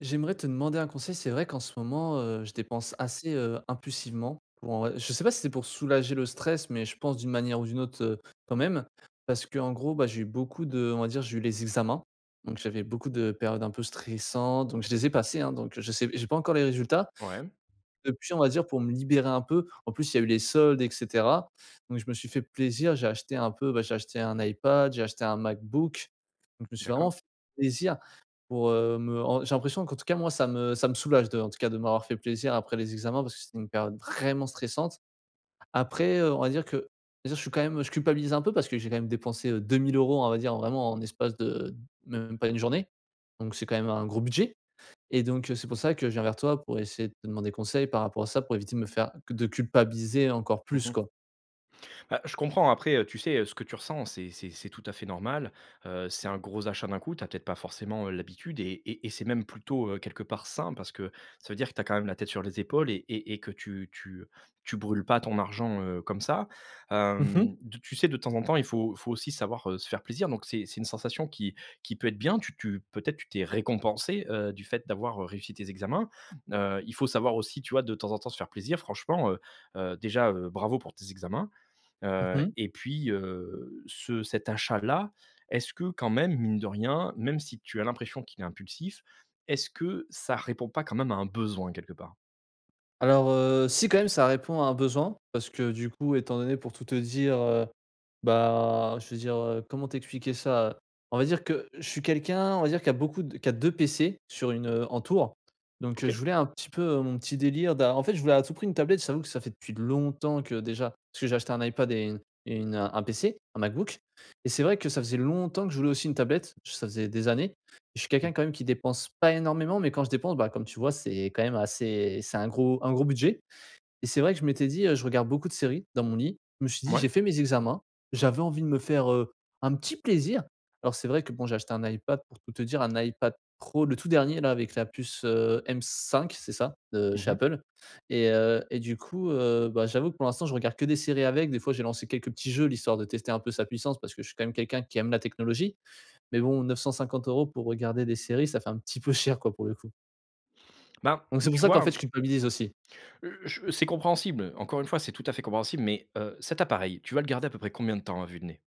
J'aimerais te demander un conseil. C'est vrai qu'en ce moment, je dépense assez, impulsivement pour en vrai je sais pas si c'est pour soulager le stress, mais je pense d'une manière ou d'une autre, quand même. Parce qu'en gros, bah, j'ai eu beaucoup de on va dire, j'ai eu les examens, donc j'avais beaucoup de périodes un peu stressantes, donc je les ai passées, hein, donc je sais j'ai pas encore les résultats, Ouais, depuis, on va dire, pour me libérer un peu, en plus, il y a eu les soldes et cetera, donc je me suis fait plaisir. J'ai acheté un peu, bah, j'ai acheté un iPad, j'ai acheté un MacBook, donc je me suis vraiment d'accord. fait plaisir pour, me en j'ai l'impression qu'en tout cas, moi, ça me soulage de en tout cas, de m'avoir fait plaisir après les examens parce que c'était une période vraiment stressante. Après, on va dire, je suis quand même je culpabilise un peu parce que j'ai quand même dépensé, 2 000 €, on va dire, vraiment en espace de même pas une journée, donc c'est quand même un gros budget. Et donc, c'est pour ça que je viens vers toi pour essayer de te demander conseil par rapport à ça, pour éviter de me faire de culpabiliser encore plus, Mmh quoi. Bah, je comprends. Après, tu sais, ce que tu ressens, c'est tout à fait normal. C'est un gros achat d'un coup. Tu as peut-être pas forcément, l'habitude et c'est même plutôt, quelque part sain parce que ça veut dire que tu as quand même la tête sur les épaules et que tu tu brûles pas ton argent, comme ça. Mmh mh. Hem, de Tu sais, de temps en temps, il faut aussi savoir, se faire plaisir. Donc c'est une sensation qui peut être bien. Tu tu peut-être tu t'es récompensé, du fait d'avoir, réussi tes examens. Il faut savoir aussi, tu vois, de temps en temps se faire plaisir. Franchement, déjà, bravo pour tes examens. Mmh. Et puis, ce cet achat-là, est-ce que quand même, mine de rien, même si tu as l'impression qu'il est impulsif, est-ce que ça répond pas quand même à un besoin quelque part? Alors, si quand même ça répond à un besoin, parce que du coup, étant donné pour tout te dire, bah, je veux dire, comment t'expliquer ça, on va dire que je suis quelqu'un, on va dire qui a beaucoup de qui a 2 PC sur une, en tour. Donc, je OK. voulais un petit peu, mon petit délire d'a en fait, je voulais à tout prix une tablette. J'avoue que ça fait depuis longtemps que déjà parce que j'ai acheté un iPad et une, un PC, un MacBook et c'est vrai que ça faisait longtemps que je voulais aussi une tablette. Ça faisait des années je suis Mmh. quelqu'un quand même qui dépense pas énormément, mais quand je dépense, bah, comme tu vois, c'est quand même assez c'est un gros budget et c'est vrai que je m'étais dit, je regarde beaucoup de séries dans mon lit. Je me suis dit: Ouais. «J'ai fait mes examens, j'avais envie de me faire, un petit plaisir». Alors c'est vrai que bon, j'ai acheté un iPad pour tout te dire, un iPad Pro, le tout dernier là avec la puce, M5, c'est ça? De chez Mmh Apple et du coup, bah, j'avoue que pour l'instant, je regarde que des séries avec. Des fois, j'ai lancé quelques petits jeux, l'histoire de tester un peu sa puissance parce que je suis quand même quelqu'un qui aime la technologie mais bon, 950 € pour regarder des séries, ça fait un petit peu cher, quoi, pour le coup. Ben, Donc c'est pour tu ça qu'en vois, fait, je culpabilise aussi. Je c'est compréhensible. Encore une fois, c'est tout à fait compréhensible, mais, cet appareil, tu vas le garder à peu près combien de temps à vue de nez?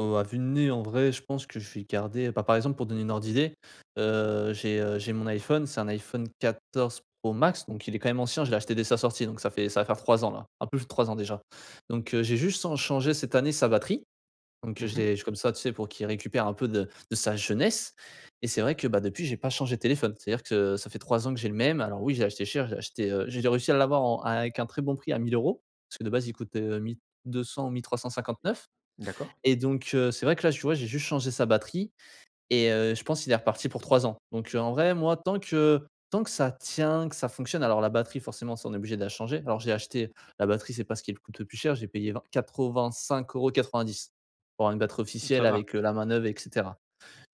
À vue de nez, en vrai, je pense que je vais garder bah, par exemple, pour donner une ordre d'idée, j'ai mon iPhone, c'est un iPhone 14 Pro Max, donc il est quand même ancien, je l'ai acheté dès sa sortie, donc ça fait ça va faire 3 ans là, un peu plus de 3 ans déjà. Donc j'ai juste en changé cette année sa batterie. Donc, je Mmh. l'ai je comme ça, tu sais, pour qu'il récupère un peu de sa jeunesse et c'est vrai que, bah, depuis, j'ai pas changé de téléphone. C'est-à-dire que ça fait 3 ans que j'ai le même. Alors oui, j'ai acheté cher, j'ai acheté, j'ai réussi à l'avoir en avec un très bon prix à 1 000 € parce que de base, il coûtait, 1200 ou 1359 D'accord. et donc, c'est vrai que là, tu vois, j'ai juste changé sa batterie et je pense qu'il est reparti pour 3 ans. Donc en vrai, moi, tant que ça tient, que ça fonctionne alors la batterie forcément ça on est obligé de la changer. Alors j'ai acheté la batterie c'est pas ce qui me coûte le plus cher, j'ai payé vingt 85,90 € pour avoir une batterie officielle Ça va. avec, la main neuve et cetera.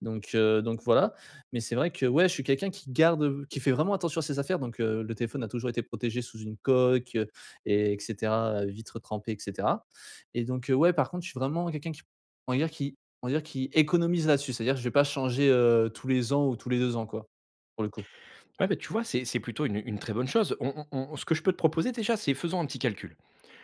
Donc voilà. Mais c'est vrai que, ouais, je suis quelqu'un qui garde, qui fait vraiment attention à ses affaires. Donc, le téléphone a toujours été protégé sous une coque, et etc, cetera, vitre trempée et cetera. Et donc, ouais, par contre, je suis vraiment quelqu'un qui on va dire qui on va dire qui économise là-dessus. C'est-à-dire que je vais pas changer, tous les ans ou tous les 2 ans, quoi, pour le coup. Ouais, bah, tu vois, c'est plutôt une très bonne chose. On ce que je peux te proposer déjà, c'est faisons un petit calcul.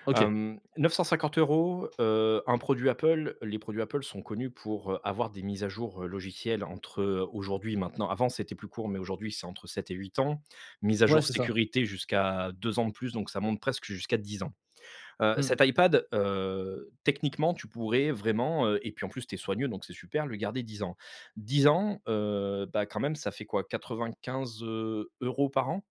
OK. 950 euros, un produit Apple, les produits Apple sont connus pour, avoir des mises à jour, logicielles entre, aujourd'hui et maintenant avant c'était plus court, mais aujourd'hui c'est entre 7 et 8 ans. Mise à Ouais, jour c'est ça. sécurité jusqu'à 2 ans de plus, donc ça monte presque jusqu'à 10 ans. Mmh. Cet iPad, techniquement tu pourrais vraiment, et puis en plus tu es soigneux donc c'est super, le garder 10 ans. 10 ans, bah, quand même ça fait quoi? 95 € par an?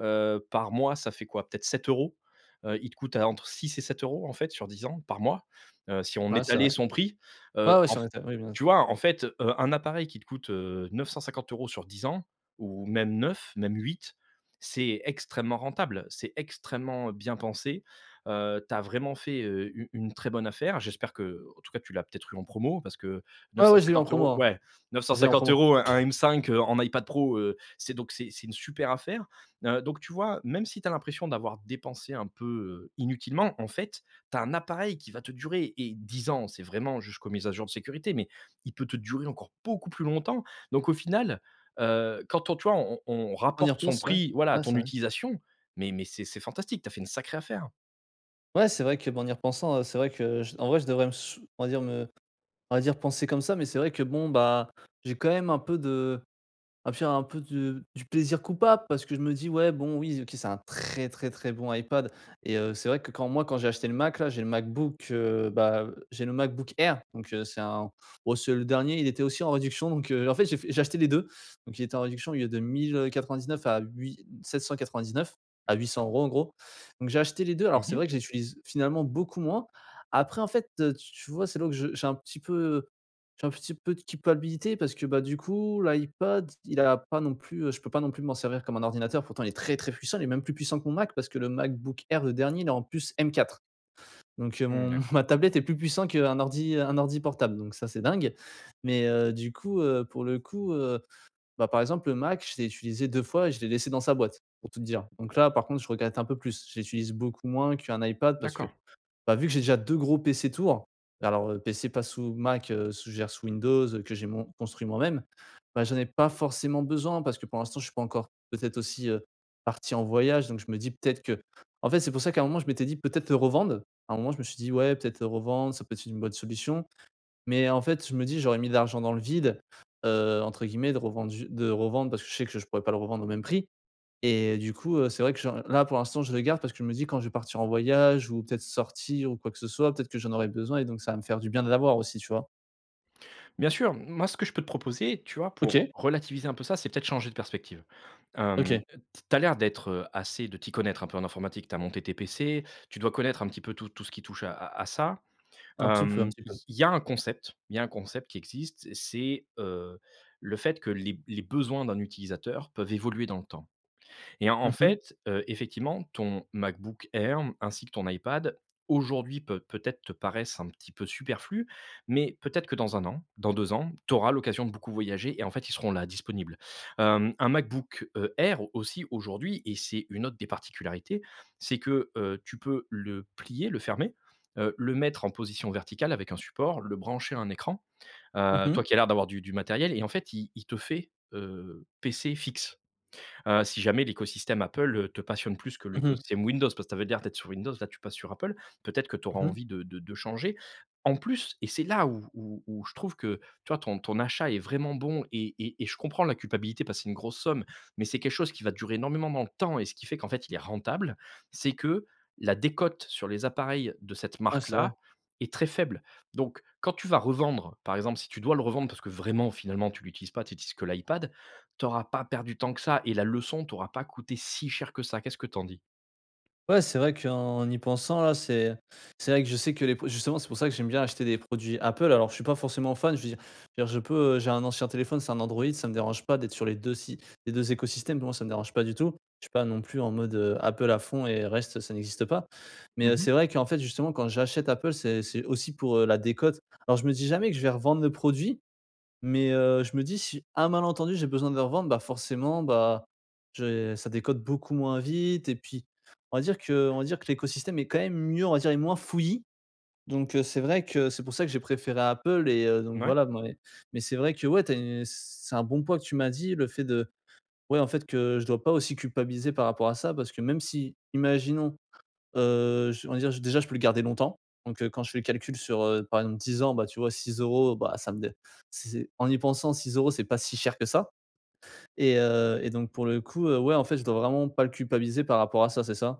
Par mois, ça fait quoi? Peut-être 7 euros. Il te coûte à entre 6 et 7 euros en fait sur 10 ans par mois, si on Ouais, c'est étalait vrai. son prix, Ouais, ouais, en sur f Insta, oui, bien sûr. tu vois? En fait, un appareil qui te coûte, 950 € sur 10 ans ou même 9 même huit, c'est extrêmement rentable, c'est extrêmement bien pensé, tu as vraiment fait, u une très bonne affaire. J'espère que en tout cas, tu l'as peut-être eu en promo parce que Ouais, 950 ouais, je l'ai eu en promo, euros hein. ouais, 950 Je l'ai eu en promo. euros un M5, en iPad Pro, c'est une super affaire. Donc tu vois, même si tu as l'impression d'avoir dépensé un peu, inutilement, en fait, tu as un appareil qui va te durer et 10 ans, c'est vraiment jusqu'aux mises à jour de sécurité, mais il peut te durer encore beaucoup plus longtemps. Donc au final, quand on tu vois, on On y rapporte son repense, ouais. prix, voilà, à Ouais, ton c'est vrai. utilisation, mais c'est fantastique, tu as fait une sacrée affaire. Ouais, c'est vrai que, bon en y repensant, c'est vrai que j en vrai, je devrais me sou on va dire me on va dire penser comme ça, mais c'est vrai que bon, bah, j'ai quand même un peu de un peu de du plaisir coupable parce que je me dis: «Ouais, bon, oui, OK, c'est un très, très, très bon iPad» et c'est vrai que quand moi, quand j'ai acheté le Mac, là, j'ai le MacBook, bah, j'ai le MacBook Air donc c'est un bon, c'est le dernier, il était aussi en réduction donc en fait j'ai acheté les 2 donc il était en réduction, au lieu de 1 099 à huit 799 à 800 € en gros donc j'ai acheté les 2 Mmh alors c'est mh. vrai que j'utilise finalement beaucoup moins. Après en fait, tu vois, c'est là où je j'ai un petit peu, j'ai un petit peu de culpabilité parce que, bah, du coup, l'iPad, il a pas non plus, je peux pas non plus m'en servir comme un ordinateur. Pourtant, il est très, très puissant. Il est même plus puissant que mon Mac parce que le MacBook Air, le dernier, il est en plus M4. Donc, Mmh, mon d'accord. ma tablette est plus puissant qu'un ordi portable. Donc ça, c'est dingue. Mais, du coup, pour le coup, bah, par exemple, le Mac, je l'ai utilisé 2 fois et je l'ai laissé dans sa boîte, pour tout te dire. Donc là, par contre, je regrette un peu plus. Je l'utilise beaucoup moins qu'un iPad parce que D'accord. bah, vu que j'ai déjà 2 gros PC tours, alors, PC pas sous Mac, sous je gère sous Windows, que j'ai mon construit moi-même, bah, j'en ai pas forcément besoin parce que pour l'instant, je suis pas encore peut-être aussi, parti en voyage donc je me dis peut-être que en fait, c'est pour ça qu'à un moment, je m'étais dit: «Peut-être le revendre». À un moment, je me suis dit: «Ouais, peut-être le revendre, ça peut être une bonne solution» mais en fait, je me dis: «J'aurais mis de l'argent dans le vide», entre guillemets, de revendre ju de revendre parce que je sais que je pourrais pas le revendre au même prix et du coup, c'est vrai que j'en là, pour l'instant, je le garde parce que je me dis: «Quand je vais partir en voyage ou peut-être sortir ou quoi que ce soit, peut-être que j'en aurai besoin et donc ça va me faire du bien de l'avoir aussi», tu vois? Bien sûr, moi, ce que je peux te proposer, tu vois, OK, pour relativiser un peu ça, c'est peut-être changer de perspective. Hem, OK, Tu as l'air d'être, assez de t'y connaître un peu en informatique, tu as monté tes PC, tu dois connaître un petit peu tout ce qui touche à ça. un petit peu, un Hem, petit il peu. Il y a un concept qui existe, c'est, le fait que les besoins d'un utilisateur peuvent évoluer dans le temps. Et en Mmh mh. fait, effectivement, ton MacBook Air ainsi que ton iPad, aujourd'hui, peut-être te paraissent un petit peu superflus, mais peut-être que dans un an, dans 2 ans, tu auras l'occasion de beaucoup voyager et en fait, ils seront là, disponibles. Un MacBook, Air aussi, aujourd'hui et c'est une autre des particularités, c'est que, tu peux le plier, le fermer, le mettre en position verticale avec un support, le brancher à un écran. Mmh mh. Toi qui as l'air d'avoir du matériel et en fait, il te fait, PC fixe. Si jamais l'écosystème Apple, te passionne plus que Mmh. l'écosystème Windows, parce que tu avais l'air d'être sur Windows, là tu passes sur Apple, peut-être que tu auras Mmh. envie de changer. En plus et c'est là où je trouve que, tu vois, ton achat est vraiment bon et je comprends la culpabilité parce que c'est une grosse somme, mais c'est quelque chose qui va durer énormément dans le temps et ce qui fait qu'en fait il est rentable, c'est que la décote sur les appareils de cette Ouais, c'est vrai. marque-là est très faible. Donc quand tu vas revendre, par exemple, si tu dois le revendre parce que vraiment finalement tu l'utilises pas, tu utilises que l'iPad, t'auras pas perdu tant que ça et la leçon t'aura pas coûté si cher que ça. Qu'est-ce que t'en dis? Ouais, c'est vrai qu'en y pensant là, c'est vrai que je sais que les pro justement, c'est pour ça que j'aime bien acheter des produits Apple. Alors je suis pas forcément fan, je veux dire je veux dire je peux, j'ai un ancien téléphone, c'est un Android, ça me dérange pas d'être sur les 2 si les 2 écosystèmes, pour moi ça me dérange pas du tout. Je suis pas non plus en mode, Apple à fond et reste, ça n'existe pas. Mais, c'est vrai qu'en fait, justement, quand j'achète Apple, c'est aussi pour, la décote. Alors je me dis jamais que je vais revendre le produit, mais, je me dis si un malentendu, j'ai besoin de le revendre, bah, forcément, bah, je ça décode beaucoup moins vite et puis on va dire que l'écosystème est quand même mieux, on va dire, est moins fouillis. Donc, c'est vrai que c'est pour ça que j'ai préféré Apple et donc Ouais. voilà, moi, mais c'est vrai que ouais, tu une c'est un bon point que tu m'as dit, le fait de ouais, en fait, que je dois pas aussi culpabiliser par rapport à ça parce que même si, imaginons je on va dire, je- déjà, je peux le garder longtemps. Donc, quand je fais le calcul sur, par exemple 10 ans, bah, tu vois 6 € bah, ça me dé c'est en y pensant 6 € c'est pas si cher que ça et donc pour le coup, ouais, en fait, je dois vraiment pas le culpabiliser par rapport à ça, c'est ça?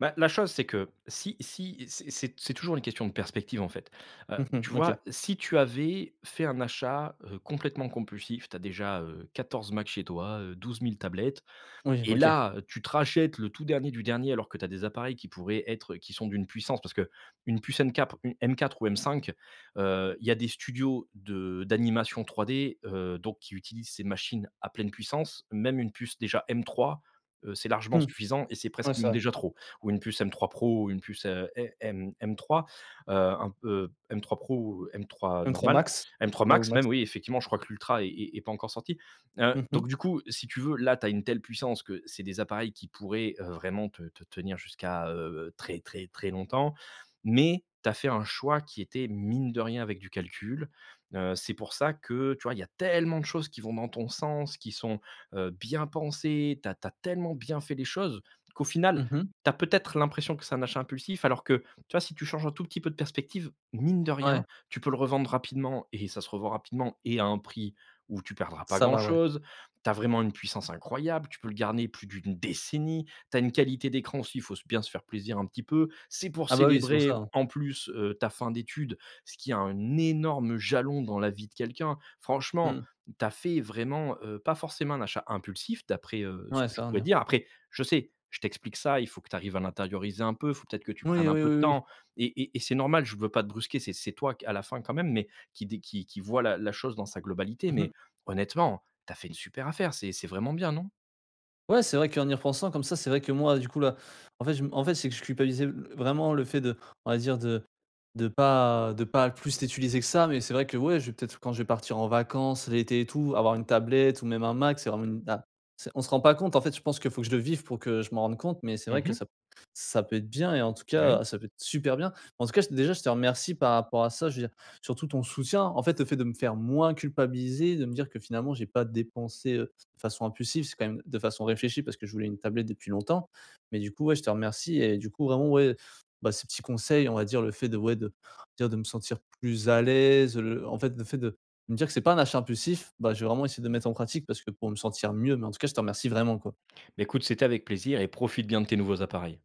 Bah, la chose, c'est que si si c'est toujours une question de perspective, en fait. Tu Mmh. OK. vois, si tu avais fait un achat, complètement compulsif, tu as déjà, 14 Macs chez toi, 12 000 tablettes. Oui, Et OK. là, tu te rachètes le tout dernier du dernier alors que tu as des appareils qui pourraient être qui sont d'une puissance parce que une puce M4 ou M5, il y a des studios de d'animation 3D, donc qui utilisent ces machines à pleine puissance. Même une puce déjà M3, c'est largement Mmh, suffisant et c'est ouais, presque même ça déjà trop. Ou une puce M3 Pro ou une puce, M M M3, un M3 Pro ou M3 m trois normal, max, M3 ouais, ou max max. même, oui, effectivement, je crois que l'ultra est pas encore sorti. Mmh mh. Donc du coup, si tu veux, là, tu as une telle puissance que c'est des appareils qui pourraient, vraiment te tenir jusqu'à, très, très, très longtemps. Mais tu as fait un choix qui était, mine de rien, avec du calcul. C'est pour ça que, tu vois, il y a tellement de choses qui vont dans ton sens, qui sont, bien pensées. Tu as tellement bien fait les choses qu'au final, Mmh. tu as peut-être l'impression que c'est un achat impulsif alors que, tu vois, si tu changes un tout petit peu de perspective, mine de Ouais, rien, tu peux le revendre rapidement et ça se revend rapidement et à un prix où tu perdras pas ça va, ouais. grand-chose. Tu as vraiment une puissance incroyable, tu peux le garder plus d'une décennie. Tu as une qualité d'écran aussi, il faut bien se faire plaisir un petit peu. C'est pour Ah bah, oui, c'est pour ça, célébrer hein. en plus ta fin d'études, ce qui a un énorme jalon dans la vie de quelqu'un. Franchement, Mmh. tu as fait vraiment pas forcément un achat impulsif, d'après ce Ouais, que je ça va pourrais venir. dire. Après, je t'explique ça, il faut que tu arrives à l'intérioriser un peu, il faut peut-être que tu Oui, prennes un oui, peu oui, de oui. temps. Et c'est normal, je veux pas te brusquer, c'est toi à la fin quand même, mais qui, qui voit la chose dans sa globalité. Mmh. Mais honnêtement, t'as fait une super affaire, c'est vraiment bien, non? Ouais, c'est vrai qu'en y repensant comme ça, c'est vrai que moi, du coup, là, en fait, je m en fait, c'est que je culpabilisais vraiment le fait de on va dire de pas plus l'utiliser que ça, mais c'est vrai que, ouais, je vais peut-être quand je vais partir en vacances l'été et tout, avoir une tablette ou même un Mac, c'est vraiment une ah, c'est on se rend pas compte. En fait, je pense qu'il faut que je le vive pour que je m'en rende compte, mais c'est vrai Mmh que mh. ça ça peut être bien et en tout Eh oui. cas, ça peut être super bien. En tout cas, je déjà, je te remercie par rapport à ça, je veux dire, surtout ton soutien. En fait, le fait de me faire moins culpabiliser, de me dire que finalement j'ai pas dépensé, de façon impulsive, c'est quand même de façon réfléchie parce que je voulais une tablette depuis longtemps. Mais du coup, ouais, je te remercie et du coup, vraiment, ouais, bah, ces petits conseils, on va dire, le fait de, ouais, de, dire de me sentir plus à l'aise, le- en fait, le fait de me dire que c'est pas un achat impulsif, bah, je vais vraiment essayer de mettre en pratique parce que pour me sentir mieux. Mais en tout cas, je te remercie vraiment, quoi. Bah, écoute, c'était avec plaisir et profite bien de tes nouveaux appareils.